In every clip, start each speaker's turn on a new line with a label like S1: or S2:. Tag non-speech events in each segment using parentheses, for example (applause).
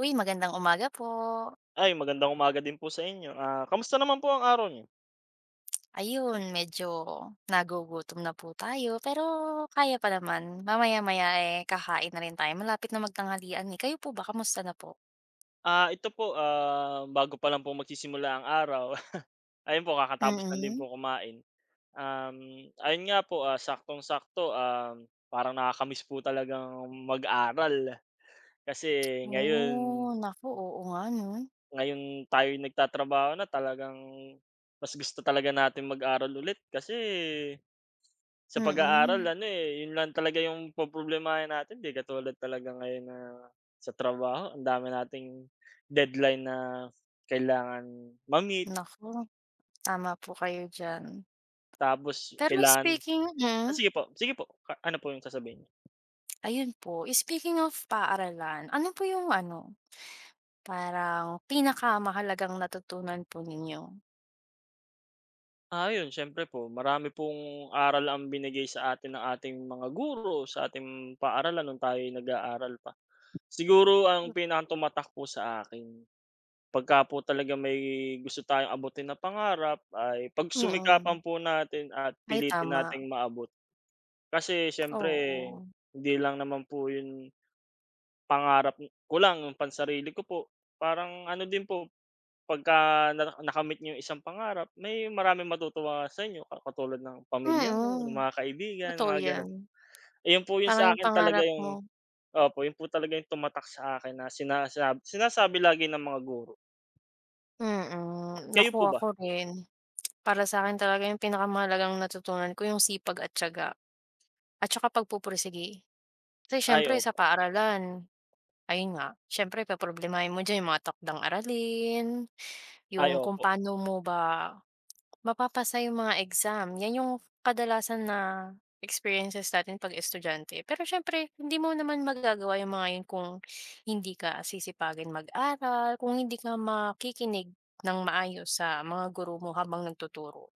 S1: Uy, magandang umaga po.
S2: Ay, magandang umaga din po sa inyo. Ah, kamusta naman po ang araw niyo?
S1: Ayun, medyo nagugutom na po tayo, pero kaya pa naman. Mamaya-maya, eh, kakain na rin tayo. Malapit na magtanghalian, eh. Kayo po ba, kamusta na po?
S2: Ah, ito po, ah, bago pa lang po magsisimula ang araw, (laughs) ayun po kakatapos lang din po
S1: Mm.
S2: kumain. Ayun nga po, ah, saktong-sakto, parang nakakamiss po talagang mag-aral. Kasi ngayon,
S1: Oh, naku, oo nga 'no.
S2: ngayon tayo nagtatrabaho na talagang mas gusto talaga natin mag-aral ulit. Kasi sa pag-aaral
S1: Mm.
S2: ano, eh, 'yun lang talaga 'yung poproblemahin natin, 'di katulad talaga ngayon na sa trabaho ang dami nating deadline na kailangan ma-meet,
S1: Naku, tama po kayo diyan.
S2: tapos
S1: Pero
S2: kailangan. Ah, sige po, ka ano po 'yung sasabihin niyo?
S1: ayun po, speaking of paaralan, ano po yung ano, parang pinakamahalagang natutunan po ninyo?
S2: Ah, 'yun siyempre po marami pong aral ang binigay sa atin ng ating mga guro, sa ating paaralan nung tayo'y nag-aaral pa. Siguro ang pinakatumatak po sa akin, pagka po talaga may gusto tayong abutin na pangarap ay pagsumikapan
S1: Mm.
S2: po natin at
S1: Ay
S2: pilitin
S1: tama,
S2: nating maabot. Kasi siyempre
S1: oo.
S2: hindi lang naman po 'yun pangarap ko lang, 'yung pansarili ko po. Parang ano din po, pagka na nakamit niyo 'yung isang pangarap may maraming matutuwa sa inyo ka katulad ng pamilya mo, ng
S1: Mm,
S2: mga kaibigan,
S1: totoo
S2: mga gano'n.
S1: 'yan.
S2: Ayun po 'yung
S1: Parang yung
S2: sa'kin talaga
S1: pangarap
S2: 'yung
S1: mo
S2: opo, 'yun po talaga 'yung tumatak sa akin na sinasabi sinasabi lagi ng mga guro.
S1: mm,
S2: Kayo
S1: naku
S2: po ba?
S1: ako rin. Para sa'kin talaga yung pinakamahalagang natutunan ko yung sipag at tiyaga at saka pagpupursige. Kasi
S2: Ay
S1: siyempre sa
S2: opo,
S1: paaralan, ayun nga, siyempre poproblemahin mo diyan yung mga takdang aralin,
S2: ay
S1: yung kung
S2: opo.
S1: paano mo ba mapapasa yung mga exam, 'yan yung kadalasan na experiences natin 'pag estudyante. Pero syempre hindi mo naman magagawa yung mga yun kung hindi ka sisipagin mag-aral, kung hindi ka makikinig ng maayos sa mga guro mo habang nagtuturo.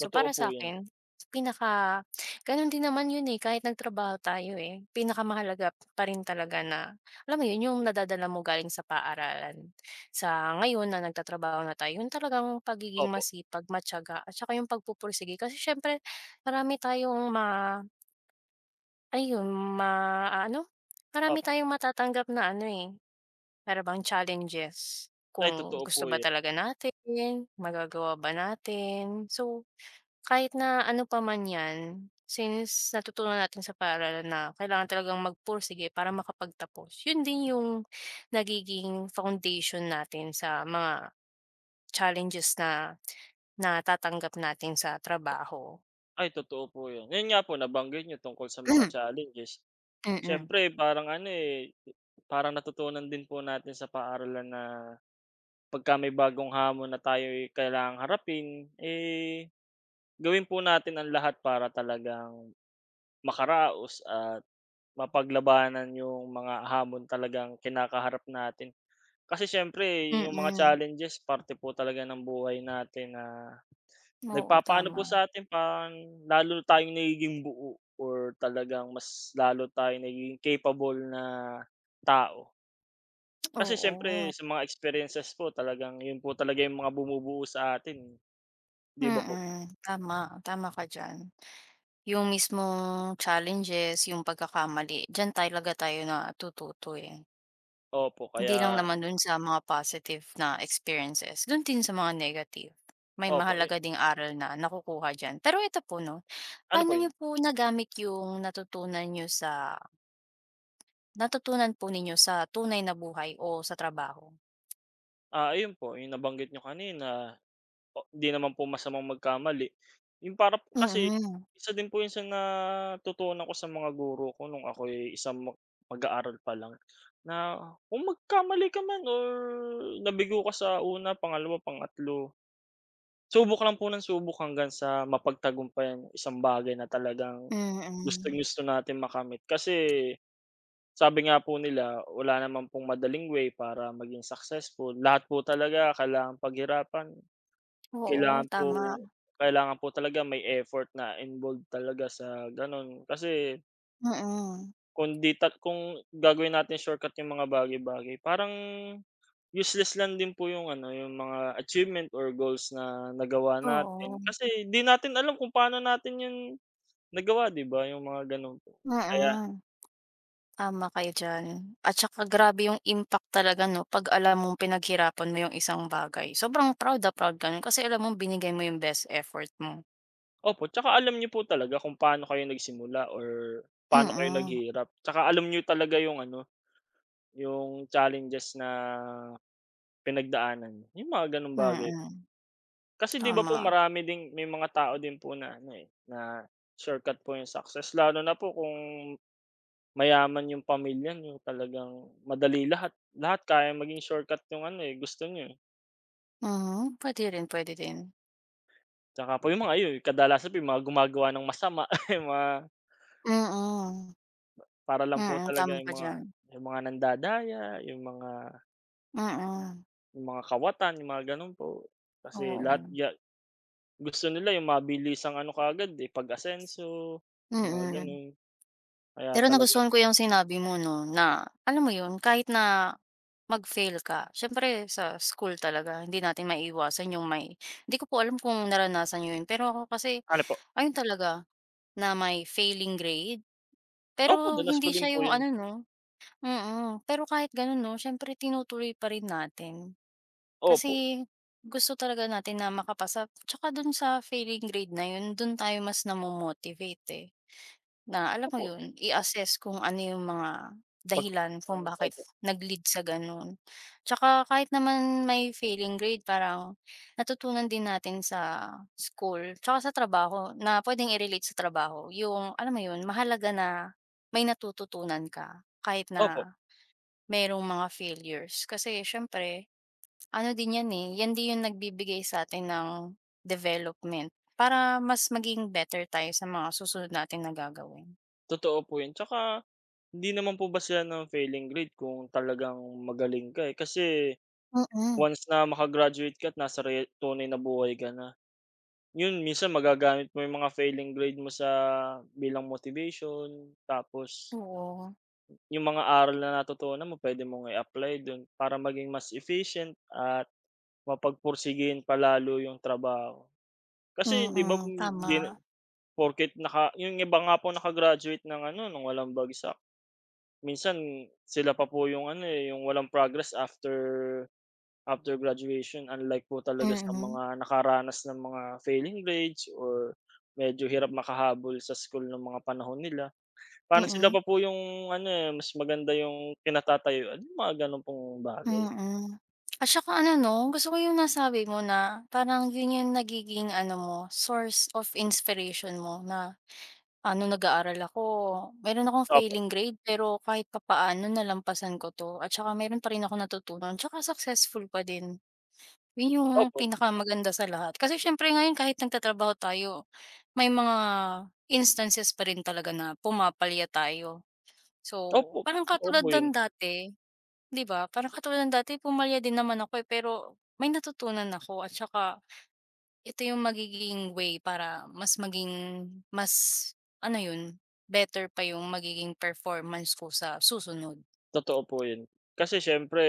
S1: So,
S2: Totoo
S1: para
S2: po
S1: sa
S2: 'yan.
S1: akin pinaka gano'n din naman yun, eh, kahit nagtrabaho tayo, eh, pinakamahalaga pa rin talaga na alam mo yun, yung nadadala mo galing sa paaralan. Sa ngayon na nagtatrabaho na tayo, yung talagang pagiging
S2: Opo,
S1: masipag, matiyaga at saka yung pagpupursige. Kasi siyempre marami tayong ayun, ma-ano? maaano, marami
S2: opo.
S1: tayong matatanggap na ano, eh, para bang challenges.
S2: Ay
S1: Kung
S2: totoo po
S1: gusto ba
S2: 'yan.
S1: talaga natin, magagawa ba natin. So, kahit na ano pa man 'yan, since natutunan natin sa paaralan na kailangan talagang magpursige para makapagtapos, yun din yung nagiging foundation natin sa mga challenges na natatanggap natin sa trabaho.
S2: Ay totoo po 'yan. 'Yun nga po nabanggit niyo tungkol sa mga
S1: (clears throat)
S2: challenges.
S1: Mm.
S2: Siyempre parang ano, eh, parang natutunan din po natin sa paaralan na pagka may bagong hamon na tayo'y kailangang harapin, eh, gawin po natin ang lahat para talagang makaraos at mapaglabanan yung mga hamon talagang kinakaharap natin. Kasi siyempre yung mga
S1: Mm.
S2: challenges parte po talaga ng buhay natin na
S1: Oo,
S2: nagpapaano po
S1: tama.
S2: sa atin, parang lalo tayong nagiging buo or talagang mas lalo tayong nagiging capable na tao. Kasi siyempre
S1: Oo.
S2: sa mga experiences po, talagang yun po talaga yung mga bumubuo sa atin, 'di ba po?
S1: Mm, tama ka diyan. Yung mismong challenges, yung pagkakamali, diyan talaga tayo natututo, eh.
S2: Opo,
S1: Hindi lang
S2: kaya
S1: naman dun sa mga positive na experiences, dun din sa mga negative. May
S2: opo,
S1: mahalaga ding aral na nakukuha diyan. Pero ito po 'no,
S2: ano po
S1: paano
S2: yun,
S1: nyo po nagamit yung natutunan nyo sa natutunan po ninyo sa tunay na buhay o sa trabaho?
S2: ah, ayun po yung nabanggit nyo kanina. O hindi naman po masamang magkamali. Yung para kasi
S1: Mm,
S2: isa din po yun sa natutunan ko sa mga guro ko nung ako'y isang mag-aaral pa lang na kung magkamali ka man or nabigo ka sa una, pangalawa, pangatlo, subok lang po ng subok hanggang sa mapagtagumpayan yung isang bagay na talagang gusto
S1: mm.
S2: gusto natin makamit. Kasi sabi nga po nila, wala naman pong madaling way para maging successful. Lahat po talaga kailangang paghirapan,
S1: Oo,
S2: kailangan po
S1: tama.
S2: kailangan po talaga may effort na involved talaga sa gano'n. Kasi
S1: Mm.
S2: kung di ta kung gagawin natin shortcut yung mga bagay-bagay, parang useless lang din po yung ano, yung mga achievement or goals na nagawa natin.
S1: Oo.
S2: Kasi di natin alam kung paano natin yun nagawa, di ba, yung mga gano'n po. Kaya
S1: Mm. Tama kayo diyan. At saka grabe yung impact talaga 'no, 'pag alam mong pinaghirapan mo yung isang bagay. Sobrang proud na proud ka nun kasi alam mong binigay mo yung best effort mo.
S2: opo, tsaka alam niyo po talaga kung paano kayo nagsimula or paano kayo
S1: Mm,
S2: naghirap. Tsaka alam niyo talaga yung ano, yung challenges na pinagdaanan, yung mga gano'ng bagay.
S1: mm.
S2: Kasi 'di ba po
S1: Tama.
S2: marami ding may mga tao din po na ano, eh, na shortcut po yung success lalo na po kung mayaman yung pamilya niyo, talagang madali lahat. Lahat kayang maging shortcut yung ano, eh, gusto niyo, eh.
S1: Mhm, puwede rin, puwede din.
S2: Tsaka po yung mga ayun, kadalasan po yung mga gumagawa ng masama, (laughs) yung mga
S1: Mm, mm.
S2: para lang po
S1: Mm,
S2: talaga
S1: tama
S2: yung
S1: ka
S2: mga
S1: diyan.
S2: yung mga nandadaya, yung mga
S1: Mm.
S2: kawatan, yung mga gano'n po. Kasi lahat
S1: Oo.
S2: ya gusto nila yung mabilisang ano kaagad, eh, pag-asenso, yung mga
S1: Mm.
S2: gano'n. Kaya
S1: Pero
S2: talagang
S1: nagustuhan ko yung sinabi mo 'no, na alam mo yun, kahit na mag-fail ka, siyempre sa school talaga hindi natin maiiwasan yung may hindi ko po alam kung naranasan niyo yun, pero ako kasi
S2: ano po?
S1: ayun talaga, na may failing grade.
S2: Opo,
S1: Pero
S2: danas ko
S1: hindi
S2: din
S1: siya
S2: po
S1: yung
S2: 'yun.
S1: ano 'no mm. Pero kahit ganun 'no, siyempre tinutuloy pa rin natin.
S2: Opo,
S1: Kasi gusto talaga natin na makapasa, tsaka dun sa failing grade na yun, dun tayo mas namo-motivate, eh. Na alam mo
S2: opo.
S1: yun, i-assess kung ano yung mga
S2: Pag
S1: dahilan kung
S2: ng
S1: bakit
S2: Opo,
S1: nag-lead sa gano'n. Tsaka kahit naman may failing grade parang natutunan din natin sa school tsaka sa trabaho na pwedeng i-relate sa trabaho yung alam mo yun, mahalaga na may natututunan ka kahit
S2: opo,
S1: na merong mga failures. Kasi siyempre ano din yan, eh, yan din yung nagbibigay sa'tin ng development para mas maging better tayo sa mga susunod natin na gagawin.
S2: totoo po 'yun. Tsaka hindi naman po basehan ng failing grade kung talagang magaling ka, eh. Kasi
S1: Mm. Mm.
S2: once na maka-graduate ka at nasa tunay na buhay ka na, 'yun minsan magagamit mo 'yung mga failing grade mo sa bilang motivation. Tapos
S1: Oo,
S2: 'yung mga aral na natutunan mo puwede mong i-apply dun para maging mas efficient at mapagpursigihin pa lalo 'yung trabaho. Kasi 'di ba
S1: mm,
S2: hindi na
S1: tama.
S2: porket yung iba nga po naka-graduate ng ano ng walang bagsak, minsan sila pa po yung ano, eh, yung walang progress after after graduation, unlike po talaga sa
S1: Mm,
S2: mga nakaranas ng mga failing grades or medyo hirap makahabol sa school ng mga panahon nila. Parang sila
S1: mm,
S2: pa po yung ano, eh, mas maganda yung kinatatayuan, yung mga gano'n pong bagay.
S1: mm. At saka ano 'no, gusto ko yung nasabi mo na parang yun yung nagiging ano mo, source of inspiration mo na, ah, nung nag-aaral ako meron akong
S2: Opo,
S1: failing grade pero kahit papaano nalampasan ko 'to at saka meron pa rin akong natutunan tsaka successful pa din. Yun yung
S2: opo,
S1: pinakamaganda sa lahat. Kasi siyempre ngayon kahit nagtatrabaho tayo, may mga instances pa rin talaga na pumapalya tayo.
S2: opo,
S1: So, parang
S2: totoo po
S1: katulad
S2: yun,
S1: ng dati, 'di ba? Parang katulad ng dati pumalya din naman ako, eh, pero may natutunan ako at saka ito yung magiging way para mas maging mas ano yun, better pa yung magiging performance ko sa susunod.
S2: totoo po yun. Kasi siyempre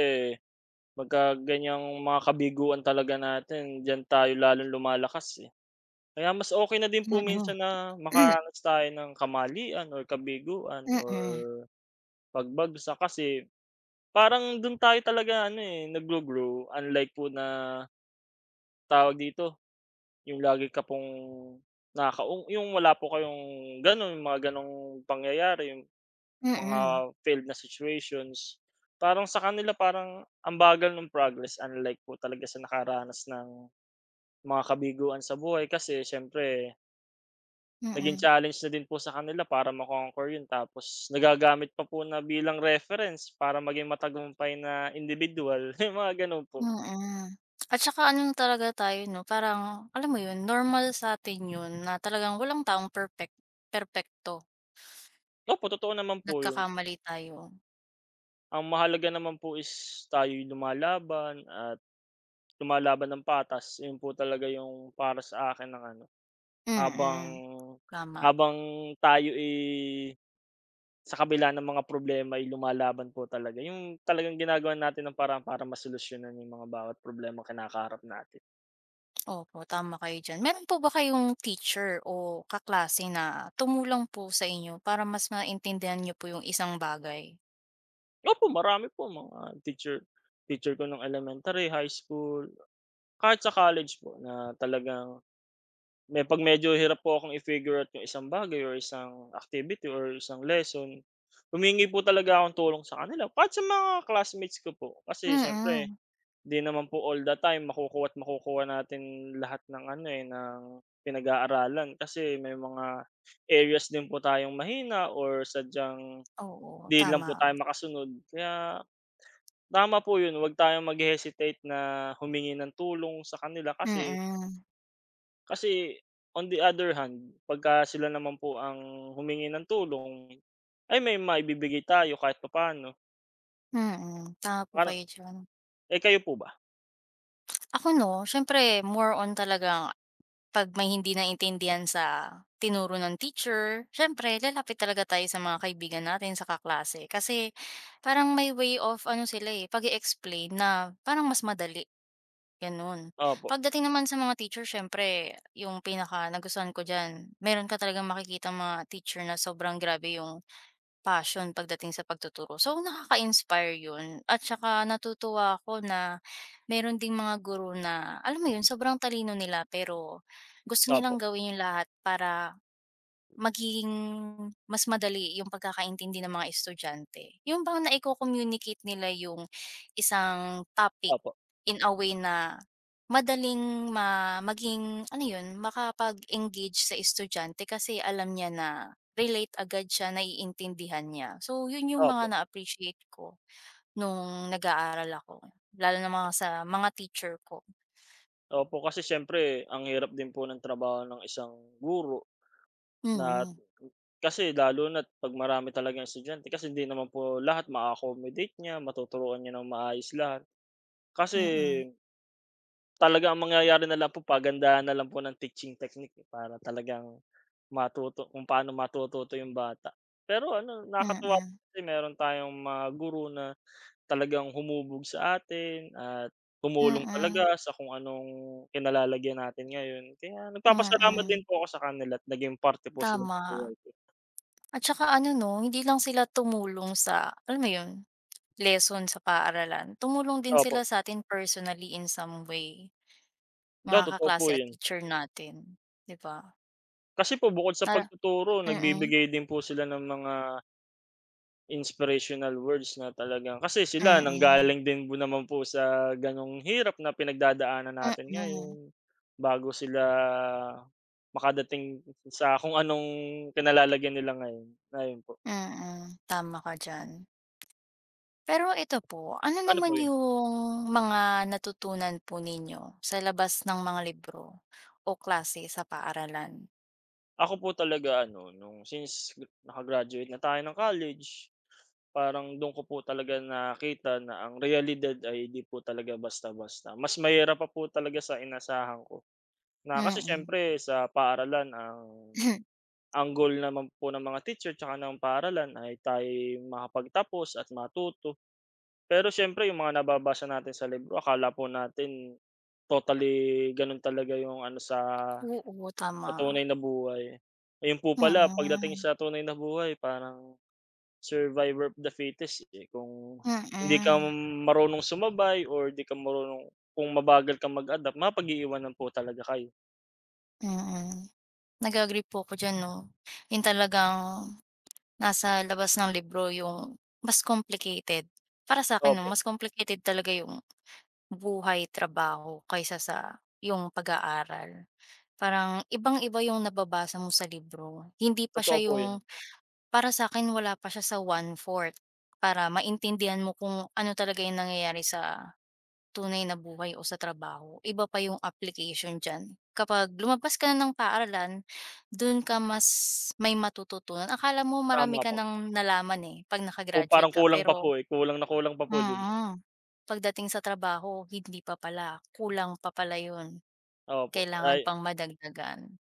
S2: pagka ganyang mga kabiguan talaga natin, diyan tayo lalong lumalakas, eh. Kaya mas okey na din po
S1: Mm.
S2: minsan na
S1: Mm.
S2: makaranas tayo ng kamalian or kabiguan or
S1: Mm.
S2: pagbagsak kasi parang dun tayo talaga ano, eh, naggo-grow, unlike po na tawag dito, yung lagi ka pong yung wala po kayong gano'n, mga gano'ng pangyayari, yung mga
S1: Mm.
S2: failed na situations. Parang sa kanila parang ang bagal ng progress, unlike po talaga sa nakaranas ng mga kabiguan sa buhay. Kasi siyempre naging
S1: Mm. (clears throat)
S2: challenge na din po sa kanila para yun, tapos nagagamit pa po na bilang reference para maging matagumpay na individual, (laughs) yung mga gano'n po.
S1: At saka ano na talaga tayo 'no, parang alam mo yun, normal sa'tin yun na talagang walang taong perpekto,
S2: Opo, totoo naman po yun.
S1: nagkakamali tayo.
S2: Ang mahalaga naman po is tayo'y lumalaban, at lumalaban ng patas. Yun po talaga yung para sa akin ang ano, habang
S1: Mm. Tama.
S2: habang tayo, eh, sa kabila ng mga problema ay lumalaban po talaga, yung talagang ginagawa natin ng paraan para masolusyonan yung mga bawat problemang kinakaharap natin.
S1: Opo, tama kayo diyan. Meron po ba kayong teacher o kaklase na tumulong po sa inyo para mas maintindihan niyo po yung isang bagay?
S2: Opo, marami po mga teacher, ko ng elementary, high school, kahit sa college po na talagang 'pag medyo hirap po akong i-figure out yung isang bagay or isang activity or isang lesson, humihingi po talaga akong tulong sa kanila kahit sa mga classmates ko po.
S1: Mm.
S2: Kasi siyempre
S1: Mm,
S2: di naman po all the time makukuha't makukuha natin lahat ng ano, eh, ng pinag-aaralan kasi may mga areas din po tayong mahina or sadyang
S1: oo,
S2: di lang
S1: tama.
S2: po tayo makasunod. Kaya tama po yun, huwag tayong mag-hesitate na humingi ng tulong sa kanila kasi
S1: Mm.
S2: kasi on the other hand, pagka sila naman po ang humingi ng tulong, ay may maibibigay tayo kahit papaano.
S1: Mm, mm tama po
S2: Parang
S1: kayo diyan.
S2: eh, kayo po ba?
S1: Ako 'no, siyempre more on talaga. 'Pag may hindi naintindihan sa tinuro ng teacher, siyempre lalapit talaga tayo sa mga kaibigan natin, sa kaklase. Kasi parang may way of ano sila, eh, pag explain na parang mas madali, gano'n.
S2: Opo,
S1: Pagdating naman sa mga teacher siyempre yung pinaka nagustuhan ko diyan, meron ka talagang makikita mga teacher na sobrang grabe yung passion pagdating sa pagtuturo. So, nakaka-inspire 'yun at saka natutuwa ako na meron ding mga guru na alam mo 'yun, sobrang talino nila pero gusto nilang
S2: opo,
S1: gawin 'yung lahat para magiging mas madali yung pagkakaintindi ng mga estudyante. Yun bang naiko-communicate nila yung isang topic
S2: opo,
S1: in a way na madaling maging ano yun, makapag-engage sa estudyante kasi alam niya na relate agad siya, naiintindihan niya. So yun yung mga
S2: opo.
S1: na-appreciate ko nung nag-aaral ako, lalo na mga sa mga teacher ko.
S2: Opo, kasi siyempre ang hirap din po ng trabaho ng isang guro, na
S1: Mm,
S2: kasi lalo na't 'pag marami talagang estudyante, kasi hindi naman po lahat ma-accommodate niya, matuturuan niya ng maayos lahat. Kasi
S1: mm,
S2: talaga ang mangyayari na lang po, pagandahan na lang po ng teaching technique, eh, para talagang matuto kung paano matututo yung bata. Pero ano,
S1: mm,
S2: nakakatuwa
S1: mm,
S2: kasi meron tayong mga guro na talagang humubog sa atin at tumulong
S1: mm,
S2: talaga sa kung anong kinalalagyan natin ngayon. Kaya nagpapasalamat din
S1: mm,
S2: po ako sa kanila at naging parte po sila ng
S1: tama.
S2: buhay ko.
S1: At saka ano 'no, hindi lang sila tumulong sa, alam mo 'yun, lesson sa paaralan, tumulong din sila
S2: Opo,
S1: sa atin personally in some way,
S2: oo
S1: mga
S2: totoo po
S1: kaklase at
S2: 'yun.
S1: teacher natin, 'di ba?
S2: Kasi po bukod sa
S1: Para
S2: pagtuturo,
S1: mm,
S2: nagbibigay din po sila ng mga inspirational words na talagang kasi sila
S1: mm,
S2: nanggaling din po naman po sa gano'ng hirap na pinagdadaanan natin ngayon,
S1: mm,
S2: bago sila makadating sa kung anong kinalalagyan nila ngayon, ayun po.
S1: mm, tama ka diyan. Pero ito po, ano
S2: Ano
S1: naman
S2: po 'yun?
S1: yung mga natutunan po ninyo sa labas ng mga libro o klase sa paaralan?
S2: Ako po talaga ano, nung since naka na tayo ng college, parang dun ko po talaga nakita na ang realidad ay di po talaga basta-basta. Mas mahirap pa po talaga sa inasahan ko, na kasi
S1: Mm.
S2: siyempre sa paaralan ang
S1: (clears throat)
S2: goal naman po ng mga teacher tsaka ng paaralan ay tayo'y makapagtapos at matuto. Pero siyempre yung mga nababasa natin sa libro, akala po natin totally ganun talaga yung ano sa
S1: Oo, tama.
S2: tunay na buhay. Ayun po pala, pagdating
S1: Mm,
S2: sa tunay na buhay parang survivor of the fittest, eh, kung hindi ka
S1: mm.
S2: marunong sumabay or di ka marunong, kung mabagal kang mag-adapt mapag-iiwanan po talaga kayo.
S1: Mm. Nag-a-agree po ako diyan 'no. 'Yun talagang nasa labas ng libro yung mas complicated. Para sa akin, 'no,
S2: Opo,
S1: mas complicated talaga yung buhay, trabaho kaysa sa yung pag-aaral. Parang ibang-iba yung nababasa mo sa libro. Hindi pa
S2: totoo
S1: siya
S2: po 'yun,
S1: yung para sa'kin wala pa siya sa one fourth para maintindihan mo kung ano talaga yung nangyayari sa tunay na buhay o sa trabaho, iba pa yung application diyan. Kapag lumabas ka na ng paaralan, dun ka mas may matututunan. Akala mo marami
S2: tama
S1: ka
S2: po.
S1: ng nalaman, eh, 'pag
S2: Kung
S1: nakagraduate
S2: parang
S1: ka
S2: kulang pa po,
S1: pero
S2: eh, kulang na kulang pa po 'di ba?
S1: mm. Pagdating sa trabaho, hindi pa pala, kulang pa pala yun.
S2: Opo, ay,
S1: Kailangan pang madagdagan.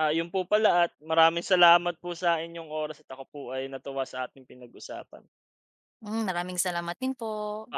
S2: ah, 'yun po pala at maraming salamat po sa inyong oras at ako po ay natuwa sa ating pinag-usapan.
S1: Mm, maraming salamat din po.